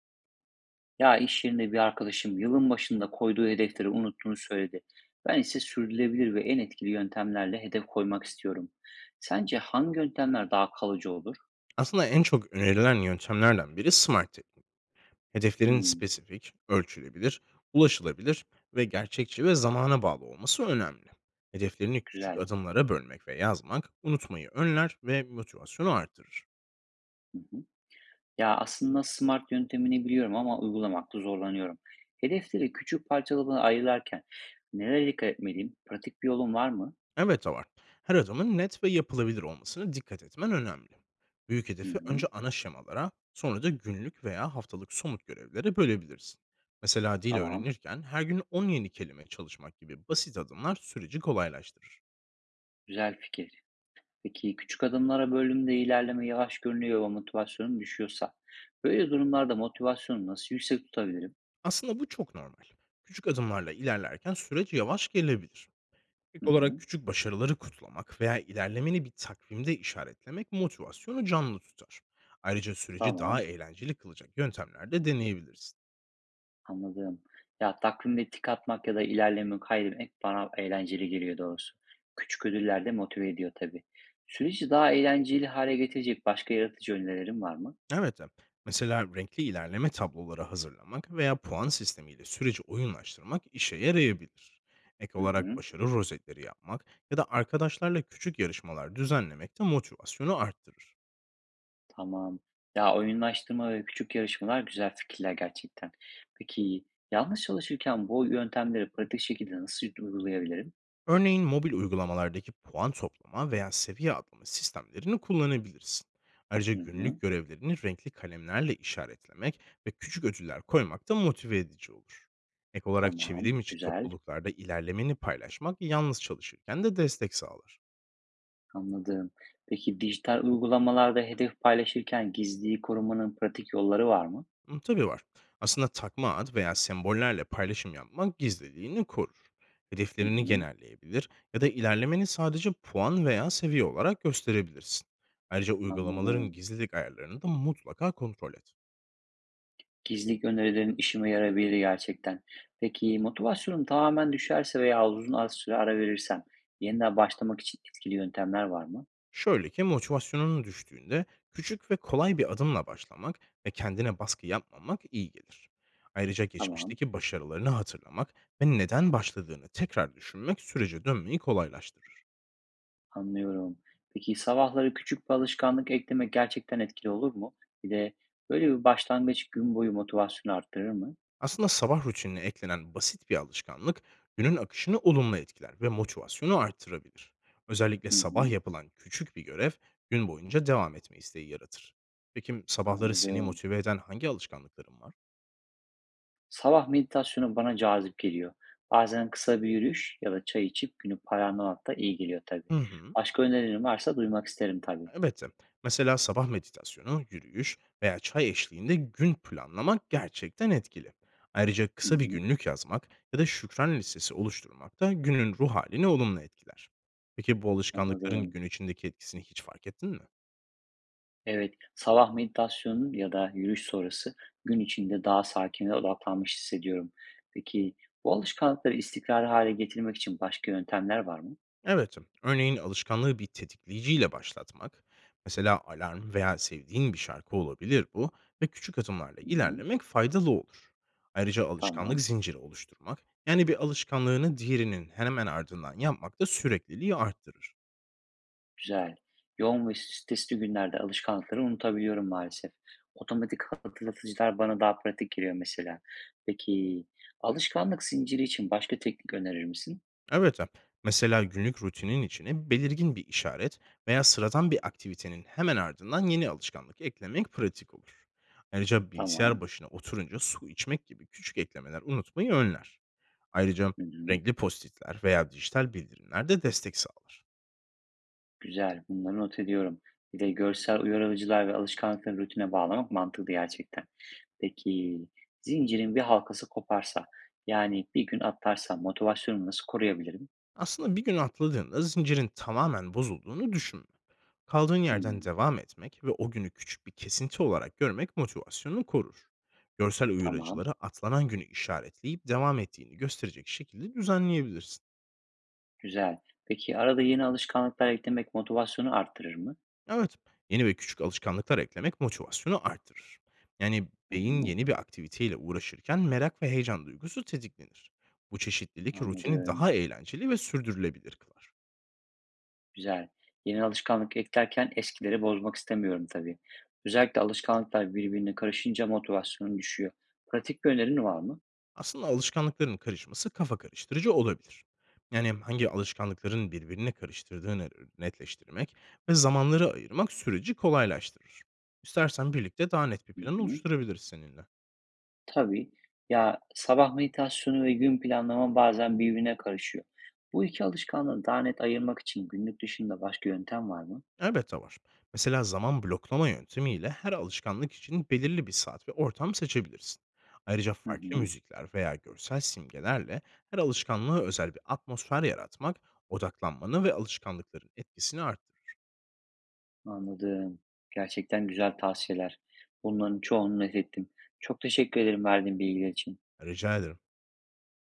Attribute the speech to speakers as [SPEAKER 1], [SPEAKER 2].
[SPEAKER 1] Ya iş yerinde bir arkadaşım yılın başında koyduğu hedefleri unuttuğunu söyledi. Ben ise sürdürülebilir ve en etkili yöntemlerle hedef koymak istiyorum. Sence hangi yöntemler daha kalıcı olur?
[SPEAKER 2] Aslında en çok önerilen yöntemlerden biri SMART tekniği. Hedeflerin
[SPEAKER 1] Hmm,
[SPEAKER 2] spesifik, ölçülebilir, ulaşılabilir ve gerçekçi ve zamana bağlı olması önemli. Hedeflerini küçük
[SPEAKER 1] güzel.
[SPEAKER 2] adımlara bölmek ve yazmak unutmayı önler ve motivasyonu artırır.
[SPEAKER 1] Hı hı. Ya aslında smart yöntemini biliyorum ama uygulamakta zorlanıyorum. Hedefleri küçük parçalara ayırırken nelere dikkat etmeliyim? Pratik bir yolun var mı?
[SPEAKER 2] Evet var. Her adımın net ve yapılabilir olmasına dikkat etmen önemli. Büyük
[SPEAKER 1] Hı
[SPEAKER 2] hedefi önce
[SPEAKER 1] hı,
[SPEAKER 2] ana şemalara, sonra da günlük veya haftalık somut görevlere bölebilirsin. Mesela dil
[SPEAKER 1] tamam.
[SPEAKER 2] öğrenirken her gün 10 yeni kelime çalışmak gibi basit adımlar süreci kolaylaştırır.
[SPEAKER 1] Güzel fikir. Peki küçük adımlara böldüğümde ilerleme yavaş görünüyor ve motivasyonum düşüyorsa, böyle durumlarda motivasyonumu nasıl yüksek tutabilirim?
[SPEAKER 2] Aslında bu çok normal. Küçük adımlarla ilerlerken süreç yavaş gelebilir.
[SPEAKER 1] Hı
[SPEAKER 2] İlk olarak
[SPEAKER 1] hı,
[SPEAKER 2] küçük başarıları kutlamak veya ilerlemeni bir takvimde işaretlemek motivasyonu canlı tutar. Ayrıca süreci daha
[SPEAKER 1] tamam,
[SPEAKER 2] eğlenceli kılacak yöntemler de deneyebilirsin.
[SPEAKER 1] anladım. Ya takvimde tik atmak ya da ilerleme kaydetmek bana eğlenceli geliyor doğrusu. Küçük ödüller de motive ediyor tabii. Süreci daha eğlenceli hale getirecek başka yaratıcı önerilerin var mı?
[SPEAKER 2] Evet, mesela renkli ilerleme tabloları hazırlamak veya puan sistemiyle süreci oyunlaştırmak işe yarayabilir. Ek
[SPEAKER 1] Hı
[SPEAKER 2] olarak
[SPEAKER 1] hı,
[SPEAKER 2] başarı rozetleri yapmak ya da arkadaşlarla küçük yarışmalar düzenlemek de motivasyonu arttırır.
[SPEAKER 1] tamam. Ya oyunlaştırma ve küçük yarışmalar güzel fikirler gerçekten. Peki yalnız çalışırken bu yöntemleri pratik şekilde nasıl uygulayabilirim?
[SPEAKER 2] Örneğin mobil uygulamalardaki puan toplama veya seviye atlama sistemlerini kullanabilirsin. Ayrıca
[SPEAKER 1] Hı
[SPEAKER 2] günlük
[SPEAKER 1] hı.
[SPEAKER 2] görevlerini renkli kalemlerle işaretlemek ve küçük ödüller koymak da motive edici olur. Ek olarak
[SPEAKER 1] Tamam,
[SPEAKER 2] çevirim içi
[SPEAKER 1] güzel,
[SPEAKER 2] topluluklarda ilerlemeni paylaşmak yalnız çalışırken de destek sağlar.
[SPEAKER 1] anladım. Peki dijital uygulamalarda hedef paylaşırken gizliliği korumanın pratik yolları var mı?
[SPEAKER 2] Hı, tabii var. Aslında takma ad veya sembollerle paylaşım yapmak gizliliğini korur.
[SPEAKER 1] Hı
[SPEAKER 2] Hedeflerini
[SPEAKER 1] hı,
[SPEAKER 2] genelleyebilir ya da ilerlemeni sadece puan veya seviye olarak gösterebilirsin. Ayrıca uygulamaların
[SPEAKER 1] anladım.
[SPEAKER 2] gizlilik ayarlarını da mutlaka kontrol et.
[SPEAKER 1] Gizlilik önerilerin işime yarabilir gerçekten. Peki motivasyonum tamamen düşerse veya uzun az süre ara verirsem yeniden başlamak için etkili yöntemler var mı?
[SPEAKER 2] Şöyle ki motivasyonun düştüğünde küçük ve kolay bir adımla başlamak ve kendine baskı yapmamak iyi gelir. Ayrıca
[SPEAKER 1] Tamam,
[SPEAKER 2] geçmişteki başarılarını hatırlamak ve neden başladığını tekrar düşünmek sürece dönmeyi kolaylaştırır.
[SPEAKER 1] anlıyorum. Peki sabahları küçük bir alışkanlık eklemek gerçekten etkili olur mu? Bir de böyle bir başlangıç gün boyu motivasyonu arttırır mı?
[SPEAKER 2] Aslında sabah rutinine eklenen basit bir alışkanlık günün akışını olumlu etkiler ve motivasyonu arttırabilir. Özellikle
[SPEAKER 1] Hı
[SPEAKER 2] sabah
[SPEAKER 1] hı,
[SPEAKER 2] yapılan küçük bir görev gün boyunca devam etme isteği yaratır. Peki sabahları seni
[SPEAKER 1] anladım.
[SPEAKER 2] motive eden hangi alışkanlıkların var?
[SPEAKER 1] Sabah meditasyonu bana cazip geliyor. Bazen kısa bir yürüyüş ya da çay içip günü planlamak da iyi geliyor tabii.
[SPEAKER 2] Hı hı,
[SPEAKER 1] Başka önerilerin varsa duymak isterim tabii.
[SPEAKER 2] elbette. Mesela sabah meditasyonu, yürüyüş veya çay eşliğinde gün planlamak gerçekten etkili. Ayrıca
[SPEAKER 1] Hı
[SPEAKER 2] kısa bir
[SPEAKER 1] hı,
[SPEAKER 2] günlük yazmak ya da şükran listesi oluşturmak da günün ruh halini olumlu etkiler. Peki bu alışkanlıkların
[SPEAKER 1] anladım.
[SPEAKER 2] gün içindeki etkisini hiç fark ettin mi?
[SPEAKER 1] Evet, sabah meditasyonu ya da yürüyüş sonrası gün içinde daha sakin ve odaklanmış hissediyorum. Peki bu alışkanlıkları istikrarlı hale getirmek için başka yöntemler var mı?
[SPEAKER 2] Evet, örneğin alışkanlığı bir tetikleyiciyle başlatmak, mesela alarm veya sevdiğin bir şarkı olabilir bu ve küçük adımlarla
[SPEAKER 1] Hı hı,
[SPEAKER 2] ilerlemek faydalı olur. Ayrıca alışkanlık
[SPEAKER 1] tamam.
[SPEAKER 2] zinciri oluşturmak, yani bir alışkanlığını diğerinin hemen ardından yapmak da sürekliliği arttırır.
[SPEAKER 1] Güzel. Yoğun ve stresli günlerde alışkanlıkları unutabiliyorum maalesef. Otomatik hatırlatıcılar bana daha pratik geliyor mesela. Peki alışkanlık zinciri için başka teknik önerir misin?
[SPEAKER 2] Evet, mesela günlük rutinin içine belirgin bir işaret veya sıradan bir aktivitenin hemen ardından yeni alışkanlık eklemek pratik olur. Ayrıca
[SPEAKER 1] Tamam.
[SPEAKER 2] bilgisayar başına oturunca su içmek gibi küçük eklemeler unutmayı önler. Ayrıca
[SPEAKER 1] Hı hı.
[SPEAKER 2] renkli postitler veya dijital bildirimler de destek sağlar.
[SPEAKER 1] Güzel. Bunları not ediyorum. Bir de görsel uyarıcılar ve alışkanlıkları rutine bağlamak mantıklı gerçekten. Peki zincirin bir halkası koparsa, yani bir gün atlarsa motivasyonumu nasıl koruyabilirim?
[SPEAKER 2] Aslında bir gün atladığında zincirin tamamen bozulduğunu düşünme. Kaldığın yerden
[SPEAKER 1] Hmm,
[SPEAKER 2] devam etmek ve o günü küçük bir kesinti olarak görmek motivasyonunu korur. Görsel
[SPEAKER 1] tamam.
[SPEAKER 2] uyarıcıları atlanan günü işaretleyip devam ettiğini gösterecek şekilde düzenleyebilirsin.
[SPEAKER 1] Güzel. Peki arada yeni alışkanlıklar eklemek motivasyonu arttırır mı?
[SPEAKER 2] Evet, yeni ve küçük alışkanlıklar eklemek motivasyonu artırır. Yani
[SPEAKER 1] Hı
[SPEAKER 2] beyin
[SPEAKER 1] hı.
[SPEAKER 2] yeni bir aktiviteyle uğraşırken merak ve heyecan duygusu tetiklenir. Bu çeşitlilik rutini
[SPEAKER 1] Anladım.
[SPEAKER 2] daha eğlenceli ve sürdürülebilir kılar.
[SPEAKER 1] Güzel. Yeni alışkanlık eklerken eskileri bozmak istemiyorum tabii. Özellikle alışkanlıklar birbirine karışınca motivasyonum düşüyor. Pratik bir önerin var mı?
[SPEAKER 2] Aslında alışkanlıkların karışması kafa karıştırıcı olabilir. Yani hangi alışkanlıkların birbirine karıştırdığını netleştirmek ve zamanları ayırmak süreci kolaylaştırır. İstersen birlikte daha net bir
[SPEAKER 1] Hı
[SPEAKER 2] plan
[SPEAKER 1] hı.
[SPEAKER 2] oluşturabiliriz seninle.
[SPEAKER 1] Tabii. Ya sabah meditasyonu ve gün planlama bazen birbirine karışıyor. Bu iki alışkanlığı daha net ayırmak için günlük dışında başka yöntem var mı?
[SPEAKER 2] Elbette var. Mesela zaman bloklama yöntemiyle her alışkanlık için belirli bir saat ve ortam seçebilirsin. Ayrıca
[SPEAKER 1] Hı
[SPEAKER 2] farklı
[SPEAKER 1] hı.
[SPEAKER 2] müzikler veya görsel simgelerle her alışkanlığa özel bir atmosfer yaratmak odaklanmanı ve alışkanlıkların etkisini arttırır.
[SPEAKER 1] Anladım. Gerçekten güzel tavsiyeler. Bunların çoğunu not ettim. Çok teşekkür ederim verdiğin bilgiler için.
[SPEAKER 2] Rica ederim.